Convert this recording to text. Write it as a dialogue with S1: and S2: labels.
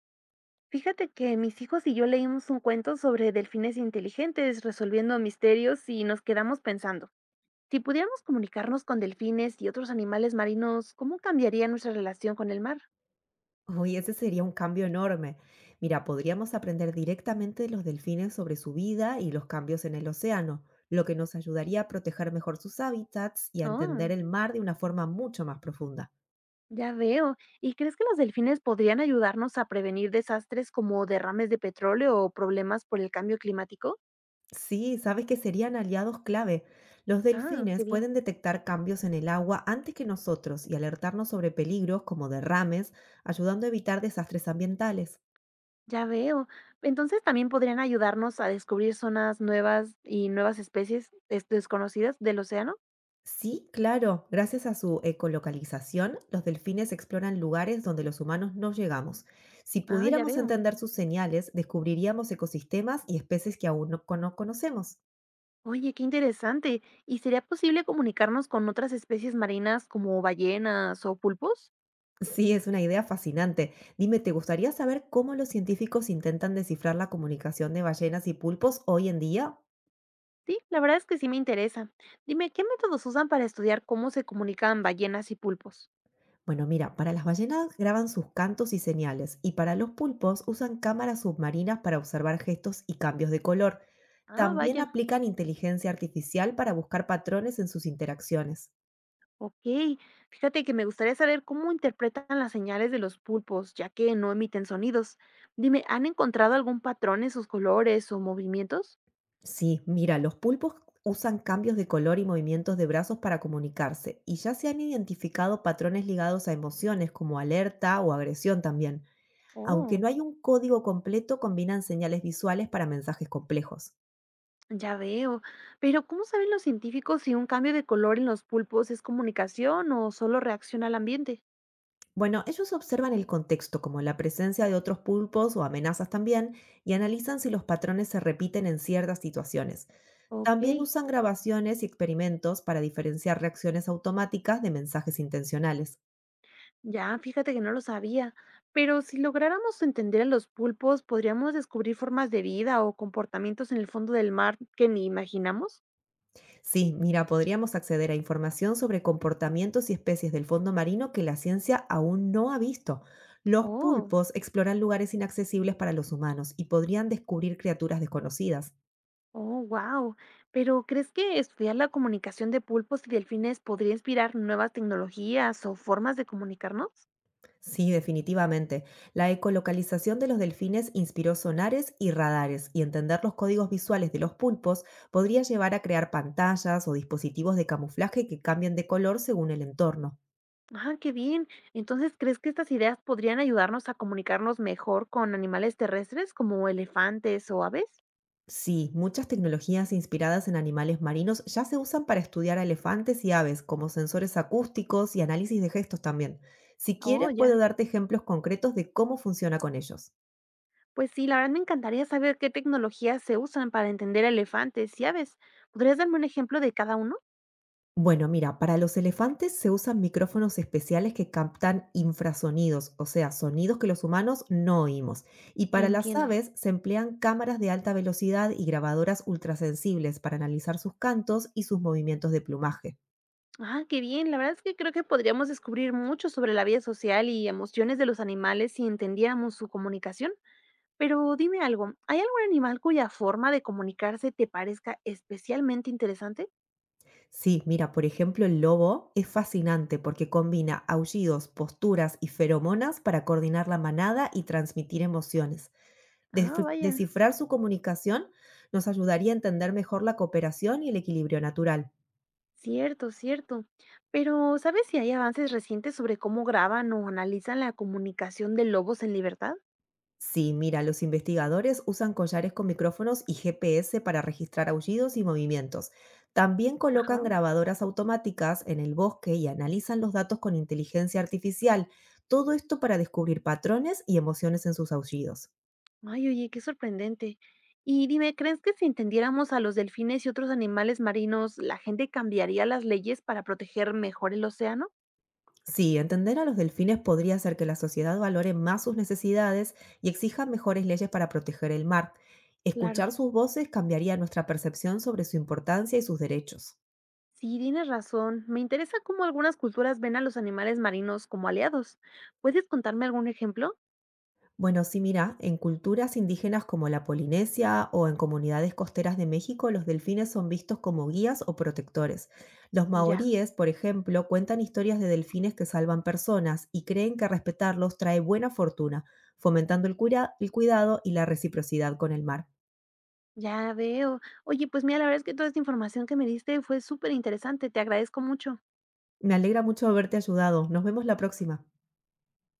S1: Fíjate que mis hijos y yo leímos un cuento sobre delfines inteligentes resolviendo misterios y nos quedamos pensando, si pudiéramos comunicarnos con delfines y otros animales marinos, ¿cómo cambiaría nuestra relación con el mar?
S2: Uy, ese sería un cambio enorme. Mira, podríamos aprender directamente de los delfines sobre su vida y los cambios en el océano, lo que nos ayudaría a proteger mejor sus hábitats y a entender
S1: Oh,
S2: el mar de una forma mucho más profunda.
S1: ya veo. ¿Y crees que los delfines podrían ayudarnos a prevenir desastres como derrames de petróleo o problemas por el cambio climático?
S2: Sí, sabes que serían aliados clave. Los
S1: Ah, qué
S2: delfines
S1: bien.
S2: pueden detectar cambios en el agua antes que nosotros y alertarnos sobre peligros como derrames, ayudando a evitar desastres ambientales.
S1: Ya veo. Entonces también podrían ayudarnos a descubrir zonas nuevas y nuevas especies desconocidas del océano.
S2: Sí, claro. Gracias a su ecolocalización, los delfines exploran lugares donde los humanos no llegamos. Si
S1: Ah, ya
S2: pudiéramos
S1: veo.
S2: entender sus señales, descubriríamos ecosistemas y especies que aún no, cono- conocemos.
S1: Oye, qué interesante. ¿Y sería posible comunicarnos con otras especies marinas como ballenas o pulpos?
S2: Sí, es una idea fascinante. Dime, ¿te gustaría saber cómo los científicos intentan descifrar la comunicación de ballenas y pulpos hoy en día?
S1: Sí, la verdad es que sí me interesa. Dime, ¿qué métodos usan para estudiar cómo se comunican ballenas y pulpos?
S2: Bueno, mira, para las ballenas graban sus cantos y señales, y para los pulpos usan cámaras submarinas para observar gestos y cambios de color.
S1: Ah,
S2: También
S1: vaya,
S2: aplican inteligencia artificial para buscar patrones en sus interacciones.
S1: ok. Fíjate que me gustaría saber cómo interpretan las señales de los pulpos, ya que no emiten sonidos. Dime, ¿han encontrado algún patrón en sus colores o movimientos?
S2: Sí, mira, los pulpos usan cambios de color y movimientos de brazos para comunicarse, y ya se han identificado patrones ligados a emociones como alerta o agresión también. Aunque
S1: Oh.
S2: no hay un código completo, combinan señales visuales para mensajes complejos.
S1: Ya veo. Pero ¿cómo saben los científicos si un cambio de color en los pulpos es comunicación o solo reacción al ambiente?
S2: Bueno, ellos observan el contexto, como la presencia de otros pulpos o amenazas también, y analizan si los patrones se repiten en ciertas situaciones.
S1: Ok,
S2: También usan grabaciones y experimentos para diferenciar reacciones automáticas de mensajes intencionales.
S1: ya, fíjate que no lo sabía. Pero si lográramos entender a los pulpos, ¿podríamos descubrir formas de vida o comportamientos en el fondo del mar que ni imaginamos?
S2: Sí, mira, podríamos acceder a información sobre comportamientos y especies del fondo marino que la ciencia aún no ha visto. Los
S1: Oh,
S2: pulpos exploran lugares inaccesibles para los humanos y podrían descubrir criaturas desconocidas.
S1: oh, wow. Pero ¿crees que estudiar la comunicación de pulpos y delfines podría inspirar nuevas tecnologías o formas de comunicarnos?
S2: Sí, definitivamente. La ecolocalización de los delfines inspiró sonares y radares, y entender los códigos visuales de los pulpos podría llevar a crear pantallas o dispositivos de camuflaje que cambien de color según el entorno.
S1: Ah, qué bien. Entonces, ¿crees que estas ideas podrían ayudarnos a comunicarnos mejor con animales terrestres como elefantes o aves?
S2: Sí, muchas tecnologías inspiradas en animales marinos ya se usan para estudiar a elefantes y aves, como sensores acústicos y análisis de gestos también. Si
S1: Oh,
S2: quieres, puedo
S1: ya.
S2: darte ejemplos concretos de cómo funciona con ellos.
S1: Pues sí, la verdad me encantaría saber qué tecnologías se usan para entender elefantes y aves. ¿Podrías darme un ejemplo de cada uno?
S2: Bueno, mira, para los elefantes se usan micrófonos especiales que captan infrasonidos, o sea, sonidos que los humanos no oímos. Y para las
S1: Entiendo.
S2: aves se emplean cámaras de alta velocidad y grabadoras ultrasensibles para analizar sus cantos y sus movimientos de plumaje.
S1: Ah, qué bien. La verdad es que creo que podríamos descubrir mucho sobre la vida social y emociones de los animales si entendiéramos su comunicación. Pero dime algo, ¿hay algún animal cuya forma de comunicarse te parezca especialmente interesante?
S2: Sí, mira, por ejemplo, el lobo es fascinante porque combina aullidos, posturas y feromonas para coordinar la manada y transmitir emociones.
S1: Ah, vaya.
S2: Descifrar su comunicación nos ayudaría a entender mejor la cooperación y el equilibrio natural.
S1: Cierto, cierto. Pero, ¿sabes si hay avances recientes sobre cómo graban o analizan la comunicación de lobos en libertad?
S2: Sí, mira, los investigadores usan collares con micrófonos y GPS para registrar aullidos y movimientos. También
S1: Ajá.
S2: colocan grabadoras automáticas en el bosque y analizan los datos con inteligencia artificial. Todo esto para descubrir patrones y emociones en sus aullidos.
S1: Ay, oye, qué sorprendente. Y dime, ¿crees que si entendiéramos a los delfines y otros animales marinos, la gente cambiaría las leyes para proteger mejor el océano?
S2: Sí, entender a los delfines podría hacer que la sociedad valore más sus necesidades y exija mejores leyes para proteger el mar.
S1: Claro.
S2: Escuchar sus voces cambiaría nuestra percepción sobre su importancia y sus derechos.
S1: Sí, tienes razón. Me interesa cómo algunas culturas ven a los animales marinos como aliados. ¿Puedes contarme algún ejemplo?
S2: Bueno, sí, mira, en culturas indígenas como la Polinesia o en comunidades costeras de México, los delfines son vistos como guías o protectores. Los
S1: Ya.
S2: maoríes, por ejemplo, cuentan historias de delfines que salvan personas y creen que respetarlos trae buena fortuna, fomentando el cuidado y la reciprocidad con el mar.
S1: Ya veo. Oye, pues mira, la verdad es que toda esta información que me diste fue súper interesante. Te agradezco mucho.
S2: Me alegra mucho haberte ayudado. Nos vemos la próxima.